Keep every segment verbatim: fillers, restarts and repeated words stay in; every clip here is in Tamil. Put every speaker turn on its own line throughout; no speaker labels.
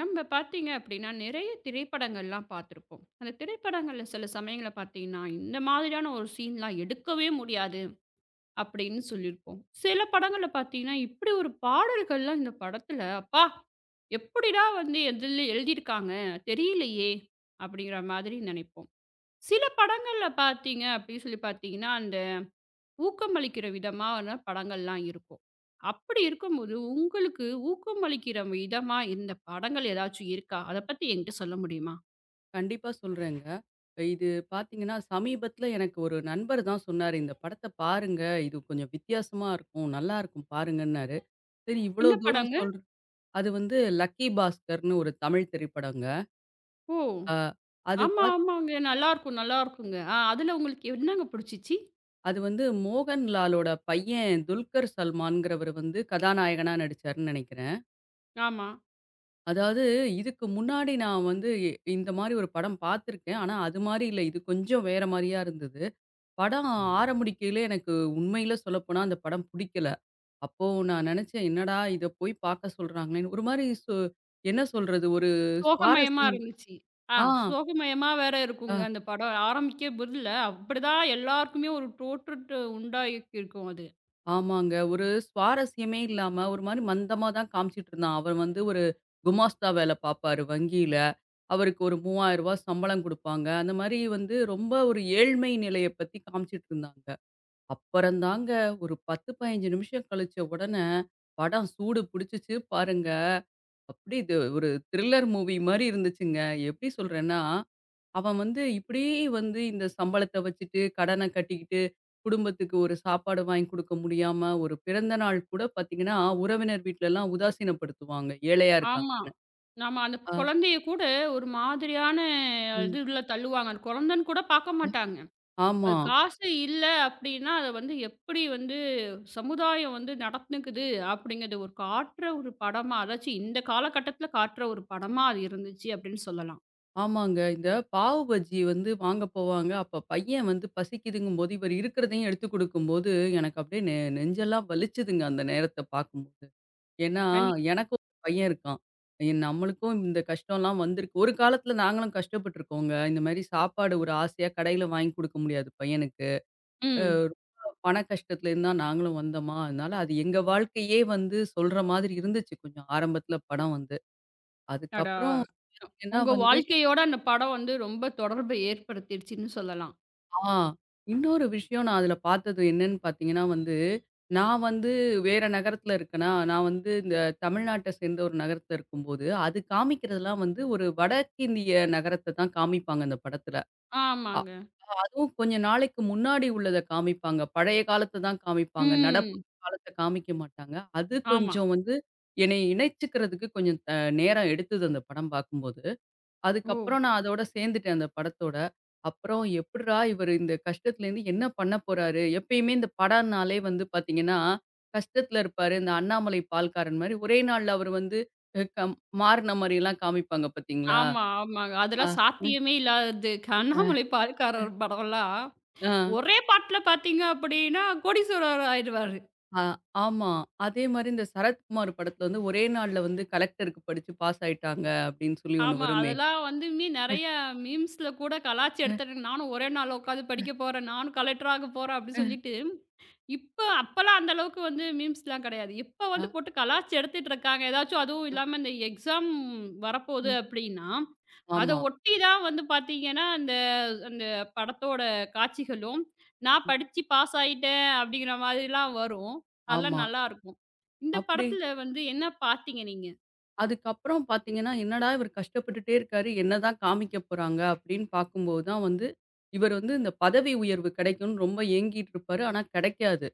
நம்ம பார்த்தீங்க அப்படின்னா, நிறைய திரைப்படங்கள்லாம் பார்த்துருப்போம். அந்த திரைப்படங்கள்ல சில சமயங்கள்ல பார்த்தீங்கன்னா, இந்த மாதிரியான ஒரு சீன்லாம் எடுக்கவே முடியாது அப்படின்னு சொல்லியிருப்போம். சில படங்கள்ல பார்த்தீங்கன்னா, இப்படி ஒரு பாடல்கள்லாம் இந்த படத்துல அப்பா! எப்படிடா வந்து எதில எழுதியிருக்காங்க தெரியலையே! அப்படிங்கிற மாதிரி நினைப்போம். சில படங்கள்ல பார்த்தீங்க அப்படின்னு சொல்லி பார்த்தீங்கன்னா, அந்த ஊக்கமளிக்கிற விதமான படங்கள்லாம் இருக்கும். அப்படி இருக்கும்போது, உங்களுக்கு ஊக்கமளிக்கிற விதமா இருந்த படங்கள் ஏதாச்சும் இருக்கா? அத பத்தி என்கிட்ட சொல்ல முடியுமா?
கண்டிப்பா சொல்றேங்க. இது பார்த்தீங்கன்னா, சமீபத்தில எனக்கு ஒரு நண்பர் தான் சொன்னாரு, "இந்த படத்த பாருங்க. இது கொஞ்சம் வித்தியாசமா இருக்கும். நல்லாருக்கும் பாருங்கன்னாரு." சரி இவ்வளோ
என்ன
தூரம்
படங்க?
சொல்ற அது வந்து லக்கி பாஸ்கர்ன்னு ஒரு தமிழ் திரைப்படங்க.
ஓ!
அ அது
ஆமா,
பாத்
ஆமாங்க. நல்லாருக்கும், நல்லாருக்குங்க. ஆ அதுல உங்களுக்கு என்னங்க புடிச்சிச்சு?
அது வந்து மோகன்லாலோட பையன் துல்கர் சல்மான்கிறவரு வந்து கதாநாயகனா நடிச்சாருன்னு நெனைக்கிறேன்.
ஆமா.
அதாவது இதுக்கு முன்னாடி நான் வந்து இந்த மாரி ஒரு படம் பார்த்துருக்கேன். ஆனா, அது மாரி இல்ல. இது கொஞ்சம் வேற மாரியா இருந்தது. படம் ஆரம்பிக்கையில எனக்கு உண்மையில சொல்லப்போனா அந்த படம் பிடிக்கல. அப்போ நான் நெனச்சேன், "என்னடா இத போய் பார்க்க சொல்றாங்களேன்னு" ஒரு மாரி சு என்ன சொல்றது? ஒரு
சோகமயமா
சுவாரஸ்யம்.
இருந்துச்சு. ஆ
ஆ,
சோகமயமா வேற
அ
இருக்குங்க அந்த படம். ஆரம்பிக்க முதல்ல அப்படிதான் எல்லாருக்குமே ஒரு தோற்றத்த உண்டாக்கியிருக்கும் அது.
ஆமாங்க. ஒரு சுவாரஸ்யமே இல்லாம, ஒரு மாரி மந்தமா தான் காமிச்சிட்டு இருந்தான். அவன் வந்து ஒரு குமாஸ்தா வேல பார்ப்பாரு வங்கியில. அவருக்கு ஒரு மூவாயிரம் ரூபாய் சம்பளம் குடுப்பாங்க. அந்த மாரி வந்து ரொம்ப ஒரு ஏழ்மை நிலைய பத்தி காமிச்சிட்டு இருந்தாங்க. அப்புறம் தாங்க ஒரு பத்து, பதினைந்து நிமிஷம் கழிச்ச உடனே படம் சூடு பிடிச்சிச்சு பாருங்க. அப்படி இது ஒரு த்ரில்லர் மூவி மாரி இருந்துச்சுங்க. எப்படி சொல்றேன்னா, அவன் வந்து இப்படியே வந்து இந்த சம்பளத்த வச்சுட்டு, கடன கட்டிக்கிட்டு, குடும்பத்துக்கு ஒரு சாப்பாடு வாங்கி குடுக்க முடியாம, ஒரு பிறந்த நாள் கூட பாத்தீங்கன்னா, உறவினர் வீட்லலாம் உதாசீனப்படுத்துவாங்க. ஏழையா
ஆமா.
இருக்காங்கன்னு.
நாம அந்த
ஆ,
குழந்தைய கூட ஒரு மாதிரியான
ம்.
இதுல தள்ளுவாங்க. அது குழந்தன்னு கூட பார்க்க மாட்டாங்க.
ஆமா.
அது காசு இல்ல அப்டின்னா, அத வந்து எப்படி வந்து சமுதாயம் வந்து நடந்துக்குது அப்படிங்கிறத ஒரு காட்டுற ஒரு படமா, அதாச்சும் இந்த காலகட்டத்தில காட்டுற ஒரு படமா அது இருந்துச்சு அப்படின்னு சொல்லலாம்.
ஆமாங்க. இந்த பாவு பஜ்ஜி வந்து வாங்க போவாங்க. அப்ப பையன் வந்து பசிக்குதுங்கும்போது, இவர் இருக்கிறதையும் எடுத்து குடுக்கும்போது, எனக்கு அப்படியே நெ நெஞ்செல்லாம் வலிச்சுதுங்க அந்த நேரத்த பாக்கும்போது. ஏன்னா,
கண்டி
எனக்கும் ஒரு பையன் இருக்கான். என் நம்மளுக்கும் இந்த கஷ்டம்லாம் வந்திருக்கு. ஒரு காலத்தில நாங்களும் கஷ்டப்பட்டுருக்கோங்க. இந்த மாரி சாப்பாடு ஒரு ஆசையா கடையில வாங்கி குடுக்க முடியாது பையனுக்கு. அ
ம்.
ரொம்ப பண கஷ்டத்துல இருந்தா நாங்களும் வந்தோமா, அதனால அது எங்க வாழ்க்கையே வந்து சொல்ற மாதிரி இருந்துச்சு கொஞ்சம் ஆரம்பத்தில படம் வந்து.
அடா!
அதுக்கப்புறம் பார்த்தீங்கன்னா
உங்க
வந்து
வாழ்க்கையோட அந்த படம் வந்து ரொம்ப தொடர்பை ஏற்படுத்திருச்சுன்னு சொல்லலாம்.
ஆ. இன்னொரு விஷயம் நான் அதில பார்த்தது என்னன்னு பார்த்தீங்கன்னா வந்து, நான் வந்து வேற நகரத்தில இருக்கேனா, நான் வந்து இந்த தமிழ்நாட்ட சேர்ந்த ஒரு நகரத்தில இருக்கும்போது, அது காமிக்கிறதெல்லாம் வந்து ஒரு வடக்கிந்திய நகரத்த தான் காமிப்பாங்க அந்த படத்தில. அ
ஆமாங்க.
அதுவும் கொஞ்ச நாளைக்கு முன்னாடி உள்ளத காமிப்பாங்க. பழைய காலத்த தான் காமிப்பாங்க. நடப்பு
ம்.
காலத்த காமிக்க மாட்டாங்க. அது
ஆமா.
கொஞ்சம் வந்து என்னைய இணைச்சுக்கிறதுக்கு கொஞ்சம் த நேரம் எடுத்தது அந்த படம் பார்க்கும்போது.
ஓ!
அதுக்கப்புறம் நான் அதோட சேர்ந்துட்டேன் அந்த படத்தோட. அப்புறம் எப்புட்றா இவரு இந்த கஷ்டத்துலேருந்து என்ன பண்ண போறாரு? எப்பயுமே இந்த படம்னாலே வந்து பார்த்தீங்கன்னா, கஷ்டத்துல இருப்பாரு. இந்த அண்ணாமலை பால்காரன் மாரி ஒரே நாள்ல அவரு வந்து அ கம் மாறுன மாரியெல்லாம் காமிப்பாங்க பார்த்தீங்களா?
ஆமா, ஆமாங்க.
ஆ,
அதெல்லாம்
ம்,
சாத்தியமே இல்லாதது.
ஆ.
கண்ணாமலை பால்காரர் படம்லாம்
ஆ,
ஒரே பாட்டுல பார்த்தீங்க அப்படின்னா, கோடீஸ்வரர் ஆயிடுவாரு.
ஆ, ஆமா. அதே மாரி இந்த சரத்குமார் படத்துல வந்து ஒரே நாள்ல வந்து கலெக்டருக்கு படிச்சு பாஸ் ஆயிட்டாங்க அப்படின்னு சொல்லி ஒண்ணு
ஆமா,
வருமே.
அதெல்லாம் வந்துமே நெறைய மீம்ஸ்ல கூட கலாய்ச்சி
அ,
எடுத்துட்டு நானும் ஒரே நாள்ல உட்காந்து படிக்க போறேன். நானும் கலெக்டர் ஆக போறேன். அப்படி
அ,
சொல்லிட்டு இப்ப அப்பலாம் அந்த அளவுக்கு வந்து மீம்ஸ்லாம் கிடையாது. இப்ப
ஆ,
வந்து போட்டு கலாய்ச்சு எடுத்துட்டு இருக்காங்க. ஏதாச்சும் அதுவும்
அ.
இல்லாம இந்த எக்ஸாம் வரப்போகுது
ம்.
அப்படின்னா, அத
ஆமா,
ஒட்டி தான் வந்து பார்த்தீங்கன்னா, அந்த அந்த படத்தோட காட்சிகளும், "நான்
ம்,
படிச்சு பாஸ் ஆயிட்டேன்" அப்படிங்கிற மாதிரிலாம் வரும். அதெல்லாம்
ஆமா.
நல்லாருக்கும். இந்த
அப்படி
படத்துல வந்து என்ன பார்த்தீங்க நீங்க?
அதுக்கப்புறம் பார்த்தீங்கன்னா, என்னடா இவர் கஷ்டப்பட்டுட்டே இருக்காரு. என்னதான் காமிக்க போறாங்க அப்படின்னு பார்க்கும்போது தான் வந்து, இவர் வந்து இந்த பதவி உயர்வு கிடைக்கும்னு ரொம்ப ஏங்கிட்டு இருப்பாரு. ஆனா கிடைக்காது.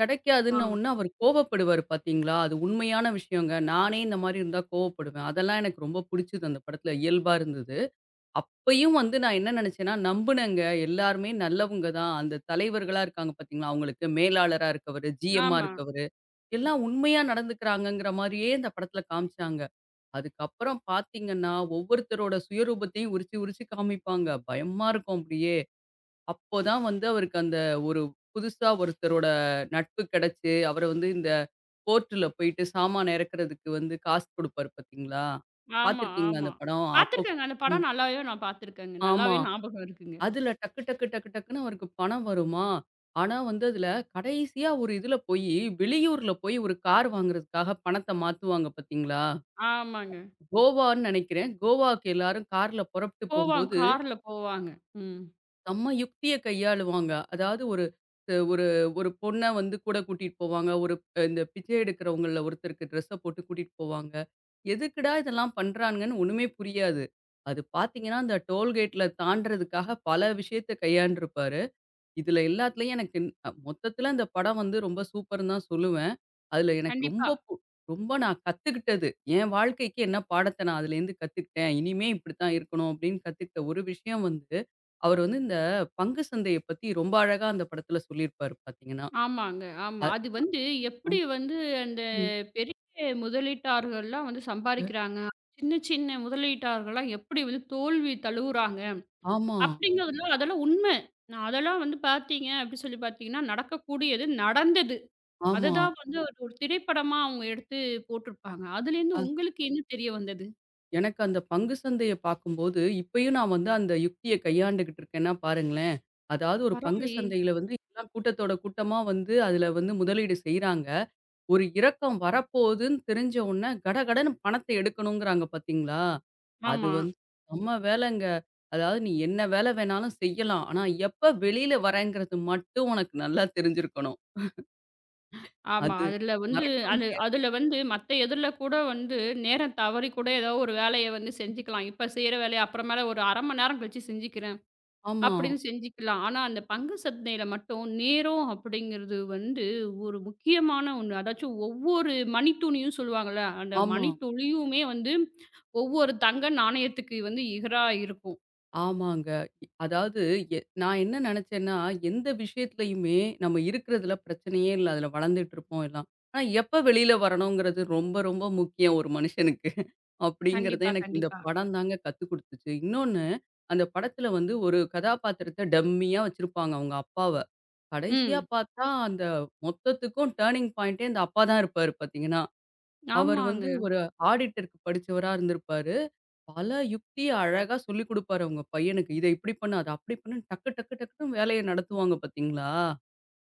கிடைக்காதுன்ன
ஆமா,
உடனே அவர் கோவப்படுவாரு பார்த்தீங்களா? அது உண்மையான விஷயங்க. நானே இந்த மாரி இருந்தா கோவப்படுவேன். அதெல்லாம் எனக்கு ரொம்ப புடிச்சது அந்த படத்துல. இயல்பா இருந்தது. அப்பயும் வந்து நான் என்ன நினைச்சேன்னா, நம்புனேங்க. எல்லாருமே நல்லவங்க தான். அந்த தலைவர்களா இருக்காங்க பார்த்தீங்களா? அவங்களுக்கு மேலாளரா இருக்கவரு, ஜிஎம்மா
ஆமா,
இருக்கவரு, எல்லாம் உண்மையா நடந்துக்கிறாங்கங்கிற மாரியே இந்த படத்துல காமிச்சாங்க. அதுக்கப்புறம் பார்த்தீங்கன்னா, ஒவ்வொருத்தரோட சுயரூபத்தையும் உரிச்சு, உரிச்சு காமிப்பாங்க. பயமா இருக்கும் அப்படியே. அப்போதான் வந்து அவருக்கு அந்த ஒரு புதுசா ஒருத்தரோட நட்பு கிடைச்சு, அவர வந்து இந்த போர்ட்ல போயிட்டு சாமான இறக்குறதுக்கு வந்து காசு குடுப்பாரு பார்த்தீங்களா?
ஆமா,
பார்த்துருக்கீங்களா
ஆமா.
அந்த படம்? அப்போ
பார்த்துருக்கேங்க. அந்த
ம்.
படம் நல்லாவே நான் பார்த்துருக்கேங்க.
ஆமா.
நல்லாவே ஞாபகம் இருக்குங்க.
அதுல டக்கு, டக்கு, டக்கு, டக்குன்னு அவருக்கு பணம் வருமா? ஆனா வந்து அதுல கடைசியா ஒரு இதுல போயி, வெளியூர்ல போய் ஒரு கார் வாங்குறதுக்காக பணத்த மாத்துவாங்க பார்த்தீங்களா?
ஆமாங்க.
கோவான்னு நினைக்கிறேன். கோவாக்கு எல்லாரும் கார்ல புறப்பட்டு
போவாங்க.
போம்போது,
கார்ல போவாங்க. ம்.
செம்ம யுக்திய கையாளுவாங்க. அதாவது ஒரு அ ஒரு ஒரு பொண்ண வந்து கூட கூட்டிட்டு போவாங்க. ஒரு அஹ், இந்த பிச்சை எடுக்கிறவங்கள்ல ஒருத்தருக்கு ட்ரெஸ்ஸ போட்டு கூட்டிட்டு போவாங்க. எதுக்குடா இதெல்லாம் பண்றாங்கன்னு ஒண்ணுமே புரியாது. அது பார்த்தீங்கன்னா, அந்த டோல்கேட்ல தாண்டுறதுக்காக பல விஷயத்த கையாண்டுருப்பாரு. இதுல எல்லாத்துலயும் எனக்கு ந- அ மொத்தத்துல அந்த படம் வந்து ரொம்ப சூப்பர்ன்னு தான் சொல்லுவேன். அதுல எனக்கு ரொம்ப
கண்டிப்பா.
பு ரொம்ப நான் கத்துக்கிட்டது. என் வாழ்க்கைக்கு என்ன பாடத்த நான் அதுலேருந்து கத்துக்கிட்டேன். இனிமே இப்படித்தான் இருக்கணும் அப்படின்னு கத்துக்கிட்ட ஒரு விஷயம் வந்து, அவர் வந்து இந்த பங்கு சந்தைய பத்தி ரொம்ப அழகா அந்த படத்துல சொல்லியிருப்பாரு பார்த்தீங்கன்னா.
ஆமாங்க. ஆமா.
அ
அது வந்து எப்படி வந்து அந்த
ம்.
பெரிய முதலீட்டாளர்கள்லாம் வந்து சம்பாரிக்கிறாங்க. சின்ன சின்ன முதலீட்டாளர்கள்லாம் எப்படி வந்து தோல்வி தழுவுறாங்க
ஆமா,
அப்படிங்கிறதுலாம் அதெல்லாம் உண்மை. நான் அதெல்லாம் வந்து பார்த்தீங்க அப்படி சொல்லி பார்த்தீங்கன்னா, நடக்கக்கூடியது நடந்தது. அத
ஆமா.
தான் வந்து ஒரு ஒரு திரைப்படமா அவங்க எடுத்து போட்டிருப்பாங்க. அதுலேருந்து உங்களுக்கு என்ன தெரிய வந்தது?
எனக்கு அந்த பங்கு சந்தைய பார்க்கும்போது, இப்பயும் நான் வந்து அந்த யுக்திய கையாண்டுகிட்டு இருக்கேன்னா பாருங்களேன். அதாவது ஒரு பங்கு
பரவாயில்லையே!
சந்தையில வந்து எல்லாம் கூட்டத்தோட கூட்டமா வந்து அதுல வந்து முதலீடு செய்றாங்க. ஒரு இறக்கம் வரப்போகுதுன்னு தெரிஞ்ச உடனே கடகடன்னு பணத்தை எடுக்கணுங்கிறாங்க பார்த்தீங்களா? அது
ஆமா.
வந்து செம்ம வேலைங்க. அதாவது நீ என்ன வேலை வேணாலும் செய்யலாம். ஆனா எப்ப வெளியில வரேங்கிறது மட்டும் உனக்கு நல்லா தெரிஞ்சிருக்கணும்.
ஆமா.
அது
அதுல வந்து
மறக்க
அது
முடியாது.
அதுல வந்து மத்த எதுல கூட வந்து நேரம் தவறி கூட ஏதோ ஒரு வேலைய வந்து செஞ்சுக்கலாம். இப்ப செய்ற வேலைய அப்புறமேல ஒரு அரை மணி நேரம் கழிச்சு செஞ்சுக்கிறேன்
ஆமா,
அப்படின்னு செஞ்சுக்கலாம். ஆனா அந்த பங்கு சந்தையில மட்டும் நேரம் அப்படிங்கிறது வந்து ஒரு முக்கியமான ஒண்ணு. அதாச்சும் ஒவ்வொரு மணித்துளியும் சொல்லுவாங்கல்ல, அந்த
ஆமா.
மணித்துளியுமே வந்து ஒவ்வொரு தங்க நாணயத்துக்கு வந்து இகரா இருக்கும்.
ஆமாங்க. இ அதாவது எ நான் என்ன நெனச்சேன்னா, எந்த விஷயத்துலயுமே நம்ம இருக்கிறதுல பிரச்சனையே இல்ல. அதுல வளர்ந்துட்டுருப்போம் எல்லாம். ஆனா, எப்ப வெளில வரணுங்கிறது ரொம்ப, ரொம்ப முக்கியம் ஒரு மனுஷனுக்கு. அப்படிங்கிறத
கண்டிப்பா,
எனக்கு இந்த
கண்டிப்பா.
படம் தாங்க கத்துக் குடுத்துச்சு. இன்னொன்னு, அந்த படத்துல வந்து ஒரு கதாபாத்திரத்த டம்மியா வச்சிருப்பாங்க அவங்க அப்பாவ. கடைசியா
ம்.
பார்த்தா, அந்த மொத்தத்துக்கும் டர்னிங் பாயிண்ட்டே அந்த அப்பா தான் இருப்பாரு பார்த்தீங்கன்னா. அவர் வந்து
ஆமாங்க.
ஒரு ஆடிட்டருக்கு படிச்சவரா இருந்திருப்பாரு. பல யுக்திய அழகா சொல்லிக் குடுப்பாரு அவங்க பையனுக்கு. இத இப்படி பண்ணு, அத அப்படி பண்ணுன்னு டக்கு டக்கு டக்குன்னு வேலைய நடத்துவாங்க பார்த்தீங்களா?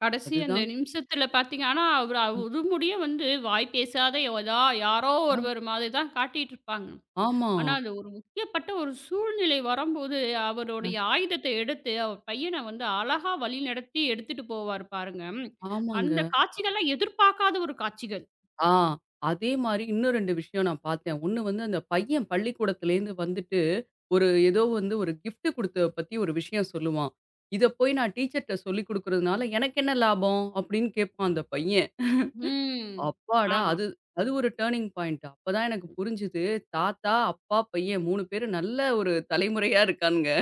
கடைசி அந்த
அதுதான்
நிமிஷத்துல பார்த்தீங்க ஆனா, அவரு
ம்.
அது முடிய வந்து வாய் பேசாத எதா யாரோ
அ.
ஒருவர் மாதிரி தான் காட்டிட்டு இருப்பாங்க.
ஆமா,
ஆனா, அது ஒரு முக்கியப்பட்ட ஒரு சூழ்நிலை வரும்போது, அவருடைய ஆயுதத்த எடுத்து, அவர் பையன வந்து அழகா வழிநடத்தி எடுத்துட்டு போவாரு பாருங்க. அந்த
ஆமாங்க.
காட்சிகள்லாம் எதிர்பார்க்காத ஒரு காட்சிகள்.
ஆ, அதே மாரி இன்னும் ரெண்டு விஷயம் நான் பார்த்தேன். ஒண்ணு வந்து அந்த பையன் பள்ளிக்கூடத்துலேருந்து வந்துட்டு, ஒரு ஏதோ வந்து ஒரு கிஃப்ட் குடுத்தத பத்தி ஒரு விஷயம் சொல்லுவான். "இத போய் நான் டீச்சர்ட்ட சொல்லிக் குடுக்குறதுனால எனக்கு என்ன லாபம்?" அப்படின்னு கேட்பான் அந்த பையன்.
ம்.
அப்பாடா!
ஆமா.
அது அது ஒரு டர்னிங் பாயிண்ட். அப்பதான் எனக்கு புரிஞ்சுது. தாத்தா, அப்பா, பையன் மூணு பேரும் நல்ல ஒரு தலைமுறையா இருக்கானுங்க.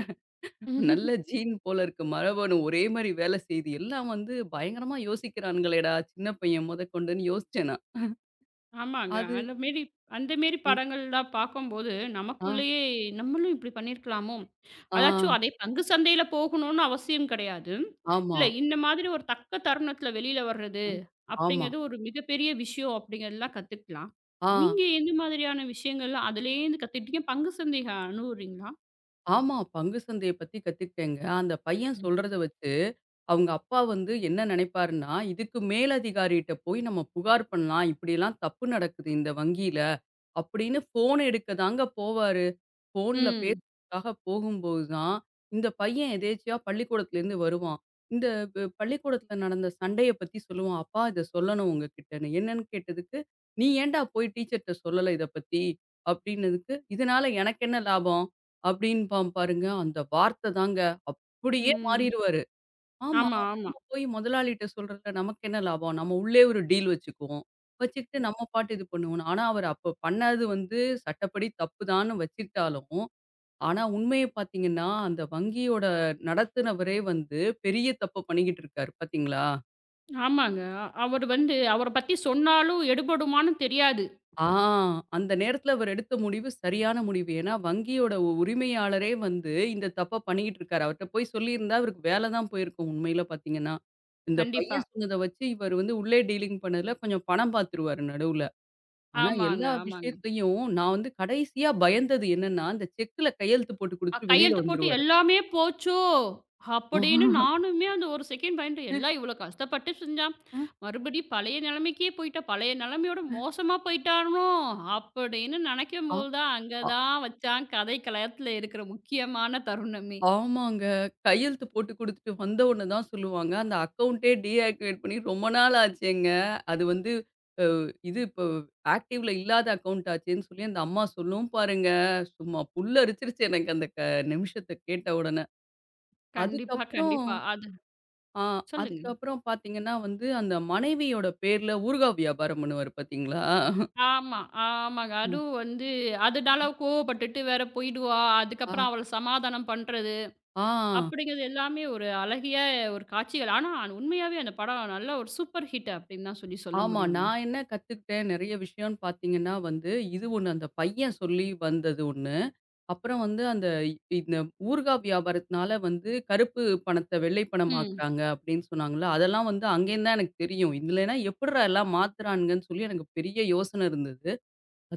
நல்ல ஜீன் போல இருக்கு. மரபணு ஒரே மாரி வேலை செய்யுது. எல்லாம் வந்து பயங்கரமா யோசிக்கிறானுங்களேடா! சின்ன பையன் முதற்கொண்டுன்னு யோசிச்சேன் நான்.
ஆமாங்க.
அது
அந்த மேரி அந்த மேரி
அ,
படங்கள்லாம் பார்க்கும்போது,
ஆ,
நமக்குள்ளேயே நம்மளும் இப்டி பண்ணியிருக்கலாமோ!
ஆ,
அதாச்சும் அதே பங்கு சந்தையில போகணும்னு அவசியம் கிடையாது.
ஆமா,
இல்ல இந்த மாதிரி ஒரு தக்க தருணத்தில வெளியில வர்றது
அ, ஆமா,
அப்படிங்கிறது ஒரு மிகப்பெரிய விஷயம் அப்படிங்கிறதெல்லாம் கத்துக்கலாம்.
ஆ,
நீங்க எந்த மாதிரியான விஷயங்கள்லாம் அதுலேருந்து கத்துக்கிட்டீங்க? பங்கு சந்தைக அணுவுறீங்களா?
ஆமா. பங்கு சந்தைய பத்தி கத்துக்கிட்டேங்க. அந்த பையன் சொல்றத வச்சு அவங்க அப்பா வந்து என்ன நினைப்பாருன்னா, இதுக்கு மேலதிகாரிட்ட போய் நம்ம புகார் பண்ணலாம். இப்படிலாம் தப்பு நடக்குது இந்த வங்கியில. அப்படின்னு ஃபோன் எடுக்க தாங்க போவாரு. ஃபோன்ல
ம்.
பேசுறதுக்காக போகும்போது தான், இந்த பையன் எதேர்ச்சியா பள்ளிக்கூடத்துலேருந்து வருவான். இந்த ப பள்ளிக்கூடத்துல நடந்த சண்டைய பத்தி சொல்லுவான். "அப்பா இத சொல்லணும் உங்ககிட்டன்னு." என்னன்னு கேட்டதுக்கு, "நீ ஏன்டா போய் டீச்சர்ட்ட சொல்லல இத பத்தி?" அப்படின்னதுக்கு, "இதனால எனக்கு என்ன லாபம்?" அப்படின்பான் பாருங்க. அந்த வார்த்த தாங்க அப்படியே
ம்.
மாறிருவாரு. ஆமா.
ஆமா, ஆமா.
நம்ம போய் முதலாளிட்ட சொல்றதுல நமக்கு என்ன லாபம்? நம்ம உள்ளே ஒரு டீல் வச்சுக்குவோம். வச்சுக்கிட்டு
ம்.
நம்ம பாட்டு இது பண்ணுவோம். ஆனா, அவர் அப்ப பண்ணது வந்து சட்டப்படி தப்புதான்னு வச்சுக்கிட்டாலும், ஆனா உண்மைய பார்த்தீங்கன்னா, அந்த வங்கியோட நடத்துனவரே வந்து பெரிய தப்ப பண்ணிக்கிட்டு இருக்காரு பார்த்தீங்களா?
ஆமாங்க. அவரு வந்து அவர பத்தி சொன்னாலும் எடுபடுமான்னு தெரியாது.
ஆ, அந்த நேரத்துல அவர் எடுத்த முடிவு சரியான முடிவு. ஏன்னா, வங்கியோட உ உரிமையாளரே வந்து இந்த தப்ப பண்ணிக்கிட்டு இருக்காரு. அவர்ட்ட போய் சொல்லியிருந்தா அவருக்கு வேல தான் போயிருக்கும் உண்மையில பார்த்தீங்கன்னா. இந்த
கண்டிப்பா.
பையன் சொன்னத வச்சு இவர் வந்து உள்ளே டீலிங் பண்ணதுல கொஞ்சம் பணம் பார்த்துருவாரு நடுவுல. ஆனா
ஆமாங்க,
எல்லா
ஆமாங்க.
விஷயத்தையும் நான் வந்து கடைசியா பயந்தது என்னன்னா, அந்த செக்குல கையெழுத்து போட்டு
அ
குடுத்துட்டு வெளியில
கையெழுத்து போட்டு
வந்துருவாரு.
எல்லாமே போச்சோ! அப்படின்னு
ஆஹ்.
நானுமே அந்த ஒரு செகண்ட் பயந்துட்டேன். எல்லாம் இவ்வளோ கஷ்டப்பட்டு செஞ்சான். மறுபடியும் பழைய நிலைமைக்கே போயிட்டா. பழைய நிலைமையோட மோசமா போயிட்டானோ! அப்படின்னு
ஆ,
நினைக்கும்போது தான் அங்க
அ,
தான் அங்கதான் வச்சான் கதை களத்துல இருக்கிற முக்கியமான தருணமே.
ஆமாங்க. கையெழுத்து போட்டு குடுத்துட்டு வந்த உடனே தான் சொல்லுவாங்க, "அந்த அக்கவுண்டே டீஆக்டிவேட் பண்ணி ரொம்ப நாள் ஆச்சேங்க. அது வந்து இது இப்போ ஆக்டிவ்ல இல்லாத அக்கவுண்ட் ஆச்சேன்னு" சொல்லி அந்த அம்மா சொல்லும் பாருங்க. சும்மா புல் அரிச்சிருச்சு எனக்கு அந்த க நிமிஷத்த கேட்ட உடனே.
கண்டிப்பா,
அதுக்கப்புறம்
கண்டிப்பா. அது
ஆ
சொல்லுங்க.
அதுக்கப்புறம் பார்த்தீங்கன்னா வந்து, அந்த மனைவியோட பேர்ல ஊறுகாய் வியாபாரம் பண்ணுவாரு பார்த்தீங்களா?
ஆமா, ஆமாங்க. அதுவும் வந்து அதனால கோவப்பட்டுட்டு வேற போயிடுவா.
ஆ,
அதுக்கப்புறம் அவள சமாதானம் பண்றது
ஆ,
அப்படிங்கிறது எல்லாமே ஒரு அழகிய ஒரு காட்சிகள். ஆனா, உண்மையாவே அந்த படம் நல்ல ஒரு சூப்பர் ஹிட் அப்படின்னு தான் சொல்லி சொல்ல
ஆமா.
முடியுங்க.
நான் என்ன கத்துக்கிட்டேன் நெறைய விஷயம்னு பார்த்தீங்கன்னா வந்து, இது ஒண்ணு அந்த பையன் சொல்லி வந்தது ஒண்ணு. அப்புறம் வந்து அந்த இ- இந்த ஊறுகாய் வியாபாரத்தினால வந்து கருப்பு பணத்தை வெள்ளை பணம்
ம்.
ஆக்குறாங்க அப்படின்னு சொன்னாங்கல்ல. அதெல்லாம் வந்து அங்கேருந்து தான் எனக்கு தெரியும். இதுலனா எப்புட்றா எல்லாம் மாத்துறானுங்கன்னு சொல்லி எனக்கு பெரிய யோசனை இருந்தது.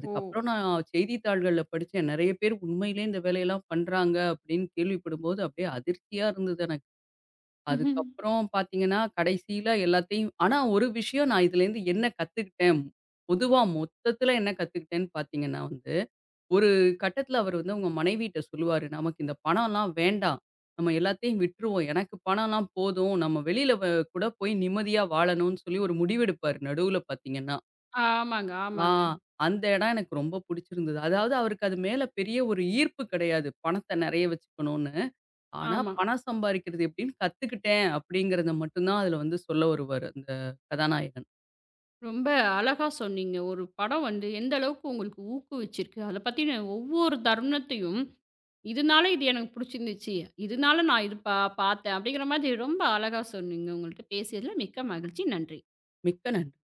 ஓ!
நான் செய்தித்தாள்கள்ல படிச்சேன். நெறைய பேர் உண்மையிலேயே இந்த வேலையெல்லாம் பண்றாங்க அப்படின்னு கேள்விப்படும்போது அப்படியே அதிர்ச்சியா இருந்தது எனக்கு. அதுக்கப்புறம் பார்த்தீங்கன்னா, கடைசியில எல்லாத்தையும் ஆனா ஒரு விஷயம் நான் இதுலேருந்து என்ன கத்துக்கிட்டேன், பொதுவா மொத்தத்துல என்ன கத்துக்கிட்டேன்னு பார்த்தீங்கன்னா வந்து ஒரு கட்டத்துல அவர் வந்து அவங்க மனைவிட்ட சொல்லுவாரு, "நமக்கு இந்த பணம்லாம் வேண்டாம். நம்ம எல்லாத்தையும் விட்டுருவோம். எனக்கு பணம்லாம் போதும். நம்ம வெளியில வ கூட போய் நிம்மதியா வாழணும்னு" சொல்லி ஒரு முடிவெடுப்பாரு நடுவுல பார்த்தீங்கன்னா.
ஆமாங்க,
ஆ,
ஆமாங்க.
அந்த இடம் எனக்கு ரொம்ப புடிச்சிருந்தது. அதாவது அவருக்கு அது மேல பெரிய ஒரு ஈர்ப்பு கிடையாது. பணத்த நெறைய வச்சுக்கணும்னு. ஆனா
ஆமா.
பணம் சம்பாரிக்கிறது எப்படின்னு கத்துக்கிட்டேன் அப்படிங்கிறத மட்டும் தான் அதுல வந்து சொல்ல வருவாரு அந்த கதாநாயகன்.
ரொம்ப அழகா சொன்னீங்க. ஒரு படம் வந்து எந்த அளவுக்கு உங்களுக்கு ஊக்குவிச்சிருக்கு. அத பத்தின ஒவ்வொரு தருணத்தையும், இதனால இது எனக்கு புடிச்சிருந்துச்சு. இதனால நான் இது பா பார்த்தேன் அப்படிங்கிற மாதிரி ரொம்ப அழகா சொன்னீங்க. உங்கள்ட்ட பேசியதில மிக்க மகிழ்ச்சி. நன்றி.
மிக்க நன்றி.